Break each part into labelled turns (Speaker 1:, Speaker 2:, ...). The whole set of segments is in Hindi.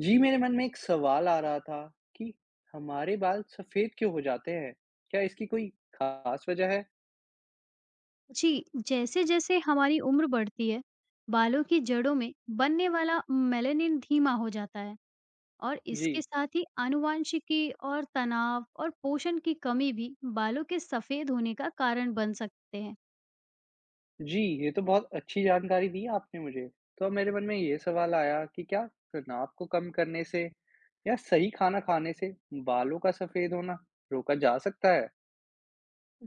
Speaker 1: जी मेरे मन में एक सवाल आ रहा था कि हमारे बाल सफेद क्यों हो जाते हैं? क्या इसकी कोई खास वजह है?
Speaker 2: जी, जैसे-जैसे हमारी उम्र बढ़ती है, बालों की जड़ों में बनने वाला मेलानिन धीमा हो जाता है और इसके
Speaker 1: जी
Speaker 2: साथ ही आनुवंशिकी और तनाव और पोषण की कमी भी बालों के सफेद होने का कारण बन सकते हैं।
Speaker 1: जी ये तो बहुत अच्छी जानकारी दी आपने मुझे। तो अब मेरे मन में ये सवाल आया कि क्या तनाव को कम करने से या सही खाना खाने से बालों का सफेद होना रोका जा सकता है?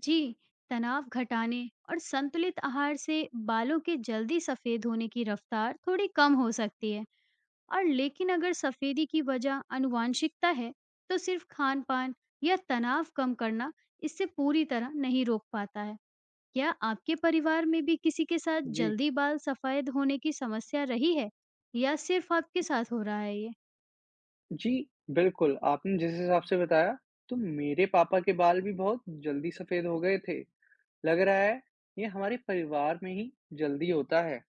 Speaker 2: जी, तनाव घटाने और संतुलित आहार से बालों के जल्दी सफेद होने की रफ्तार थोड़ी कम हो सकती है। लेकिन अगर सफेदी की वजह आनुवांशिकता है, तो सिर्फ खान-पान या तनाव कम करना इससे पूरी तरह नहीं रोक पाता है। क्या आपके परिवार में भी किसी के साथ
Speaker 1: जी
Speaker 2: जल्दी बाल सफेद होने की समस्या रही है या सिर्फ आपके साथ हो रहा है ये?
Speaker 1: जी बिल्कुल आपने जिस हिसाब से बताया तो मेरे पापा के बाल भी बहुत जल्दी सफेद हो गए थे। लग रहा है ये हमारे परिवार में ही जल्दी होता है।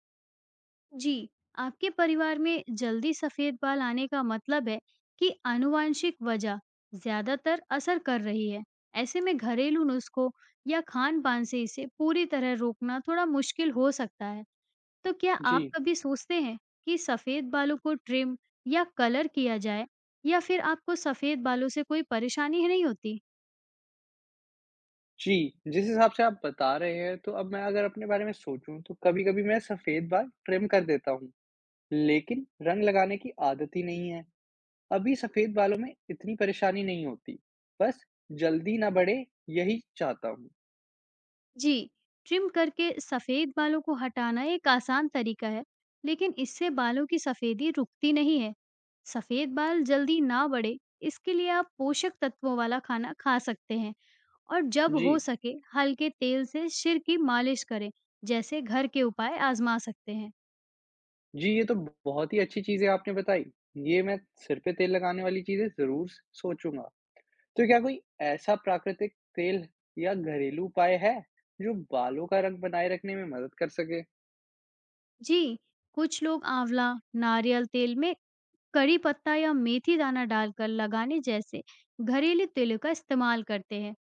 Speaker 2: जी, आपके परिवार में जल्दी सफेद बाल आने का मतलब है कि आनुवांशिक वजह ज्यादातर असर कर रही है। ऐसे में घरेलू नुस्खों या खान-पान से इसे पूरी तरह रोकना थोड़ा मुश्किल हो सकता है। तो क्या
Speaker 1: जी
Speaker 2: आप कभी सोचते हैं कि सफ़ेद बालों को ट्रिम या कलर किया जाए, या फिर आपको सफ़ेद बालों से कोई परेशानी नहीं होती?
Speaker 1: जी, जिस हिसाब से आप बता रहे हैं, तो अब मैं अगर अपने बारे में सोचूँ, तो कभी-कभी मैं सफ़ेद बाल ट्रिम कर देता हूँ, लेकिन रंग लगाने की आदत ही नहीं है। अभी सफ़ेद बालों में इतनी परेशानी नहीं होती, बस जल्दी ना बढ़े, यही चाहता हूँ।
Speaker 2: जी, ट्रिम करके सफ़ेद बालों को हटाना एक आसान तरीका है, लेकिन इससे बालों की सफ़ेदी रुकती नहीं है। सफ़ेद बाल जल्दी ना बढ़े, इसके लिए आप पोषक तत्वों वाला खाना खा सकते हैं और जब
Speaker 1: जी,
Speaker 2: हो सके हल्के तेल से सिर की मालिश करें, जैसे घर के उपाय आजमा सकते हैं।
Speaker 1: जी, ये तो बहुत ही अच्छी चीज़ें आपने बताई। ये मैं सिर पे तेल लगाने वाली चीज़ें ज़रूर स सोचूँगा। तो क्या कोई ऐसा प्राकृतिक तेल या घरेलू उपाय है, जो बालों का रंग बनाए रखने में मदद कर सके?
Speaker 2: जी, कुछ लोग आंवला, नारियल तेल में करी पत्ता या मेथी दाना डालकर लगाने जैसे घरेलू तेलों का इस्तेमाल करते हैं।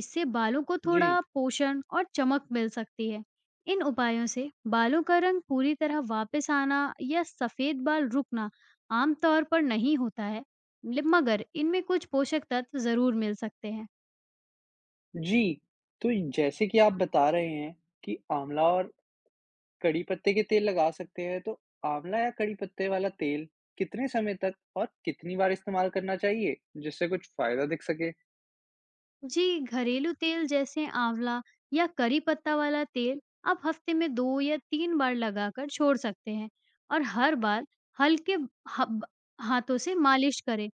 Speaker 2: इससे बालों को
Speaker 1: जी।
Speaker 2: थोड़ा पोषण और चमक मिल सकती है। इन उपायों से बालों का रंग पूरी तरह वापस आना या सफेद बाल रुकना आमतौर पर नहीं होता है, मगर इनमें कुछ पोषक तत्व जरूर मिल सकते हैं।
Speaker 1: जी, तो जैसे कि आप बता रहे हैं कि आँवला और कड़ी पत्ते के तेल लगा सकते हैं, तो आँवला या कड़ी पत्ते वाला तेल कितने समय तक और कितनी बार इस्तेमाल करना चाहिए, जिससे कुछ फ़ायदा दिख सके?
Speaker 2: जी, घरेलू तेल जैसे आंवला या करी पत्ता वाला तेल आप हफ्ते में 2 या 3 बार लगाकर छोड़ सकते हैं और हर बार हल्के हब- हाथों से मालिश करें।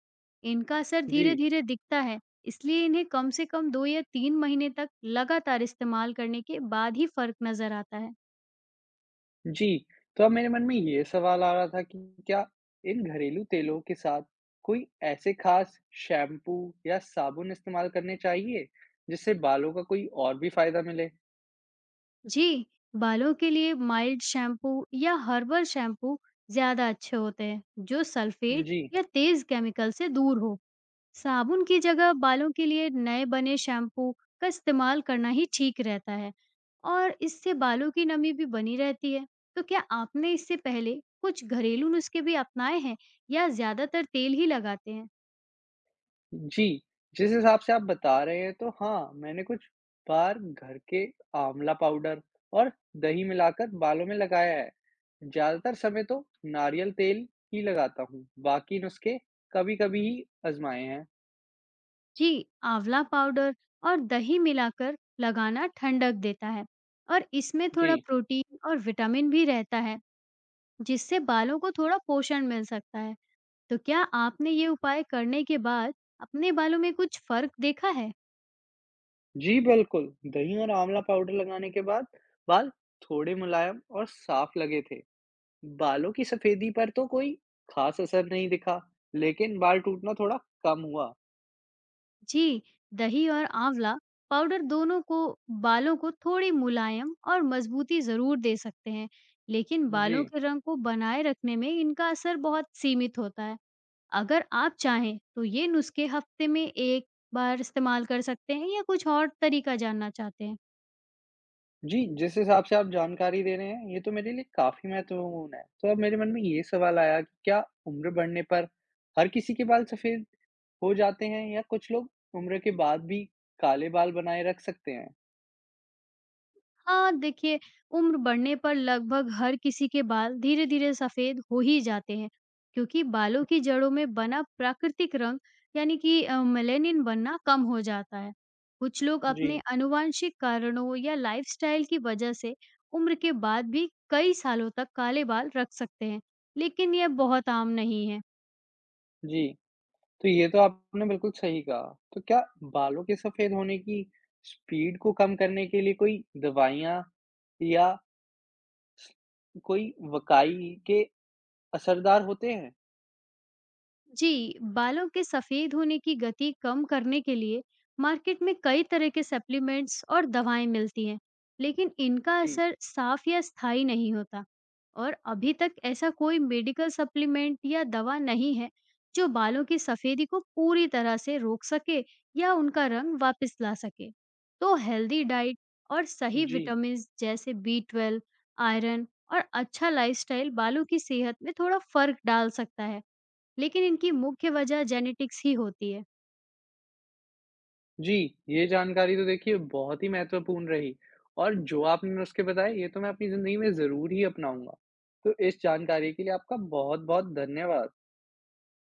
Speaker 2: इनका असर
Speaker 1: जी,
Speaker 2: धीरे-धीरे दिखता है, इसलिए इन्हें कम से कम 2 या 3 महीने तक लगातार इस्तेमाल करने के बाद ही फर्क नजर आता है।
Speaker 1: जी, तो अब मेरे मन में ये सवाल आ रहा था कि क्या इन घरेलू तेलों के साथ कोई ऐसे ख़ास शैम्पू या साबुन इस्तेमाल करने चाहिए, जिससे बालों का कोई और भी फ़ायदा मिले?
Speaker 2: जी, बालों के लिए माइल्ड शैम्पू या हर्बल शैम्पू ज्यादा अच्छे होते हैं, जो सल्फेट
Speaker 1: जी।
Speaker 2: या तेज केमिकल से दूर हो। साबुन की जगह बालों के लिए नए बने शैम्पू का इस्तेमाल करना ही ठीक रहता है और इससे बालों की नमी भी बनी रहती है। तो क्या आपने इससे पहले कुछ घरेलू नुस्खे भी अपनाए हैं या ज्यादातर तेल ही लगाते हैं?
Speaker 1: जी, जिस हिसाब से आप बता रहे हैं तो हाँ, मैंने कुछ बार घर के आंवला पाउडर और दही मिलाकर बालों में लगाया है। ज़्यादातर समय तो नारियल तेल ही लगाता हूँ, बाकी नुस्खे कभी-कभी ही आज़माए हैं।
Speaker 2: जी, आंवला पाउडर और दही मिलाकर लगाना ठंडक देता है और इसमें थोड़ा
Speaker 1: जी।
Speaker 2: प्रोटीन और विटामिन भी रहता है, जिससे बालों को थोड़ा पोषण मिल सकता है। तो क्या आपने ये उपाय करने के बाद अपने बालों में कुछ फर्क देखा है?
Speaker 1: जी, बिल्कुल। दही और आंवला पाउडर लगाने के बाद बाल थोड़े मुलायम और साफ लगे थे। बालों की सफ़ेदी पर तो कोई खास असर नहीं दिखा, लेकिन बाल टूटना थोड़ा कम हुआ।
Speaker 2: जी, दही और आंवला पाउडर दोनों को बालों को थोड़ी मुलायम और मजबूती ज़रूर दे सकते हैं, लेकिन
Speaker 1: जी।
Speaker 2: बालों के रंग को बनाए रखने में इनका असर बहुत सीमित होता है। अगर आप चाहें तो ये नुस्खे हफ्ते में एक बार इस्तेमाल कर सकते हैं, या कुछ और तरीका जानना चाहते हैं?
Speaker 1: जी, जिस हिसाब से आप जानकारी दे रहे हैं, ये तो मेरे लिए काफ़ी महत्वपूर्ण है। तो अब मेरे मन में ये सवाल आया कि क्या उम्र बढ़ने पर हर किसी के बाल सफ़ेद हो जाते हैं या कुछ लोग उम्र के बाद भी काले बाल बनाए रख सकते हैं?
Speaker 2: हाँ, देखिए, उम्र बढ़ने पर लगभग हर किसी के बाल धीरे-धीरे सफ़ेद हो ही जाते हैं, क्योंकि बालों की जड़ों में बना प्राकृतिक रंग, यानी कि मेलानिन बनना कम हो जाता है। कुछ लोग अपने
Speaker 1: जी,
Speaker 2: आनुवांशिक कारणों या लाइफ़स्टाइल की वजह से उम्र के बाद भी कई सालों तक काले बाल रख सकते हैं, लेकिन यह बहुत आम नहीं है।
Speaker 1: जी। तो ये तो आपने बिल्कुल सही कहा। तो क्या बालों के सफ़ेद होने की स्पीड को कम करने के लिए कोई दवाइयाँ या कोई वकाई के असरदार होते हैं?
Speaker 2: जी, बालों के सफेद होने की गति कम करने के लिए मार्केट में कई तरह के सप्लीमेंट्स और दवाएं मिलती हैं, लेकिन इनका
Speaker 1: जी,
Speaker 2: असर साफ या स्थायी नहीं होता। और अभी तक ऐसा कोई मेडिकल सप्लीमेंट या दवा नहीं है, जो बालों की सफेदी को पूरी तरह से रोक सके या उनका रंग वापस ला सके। तो हेल्दी डाइट और सही
Speaker 1: जी।
Speaker 2: विटामिन जैसे B12, आयरन और अच्छा लाइफस्टाइल बालों की सेहत में थोड़ा फर्क डाल सकता है। लेकिन इनकी मुख्य वजह जेनेटिक्स ही होती है।
Speaker 1: जी, ये जानकारी तो देखिए बहुत ही महत्वपूर्ण रही और जो आपने नुस्खे बताए ये तो मैं अपनी ज़िंदगी में ज़रूर ही अपनाऊँगा। तो इस जानकारी के लिए आपका बहुत-बहुत धन्यवाद।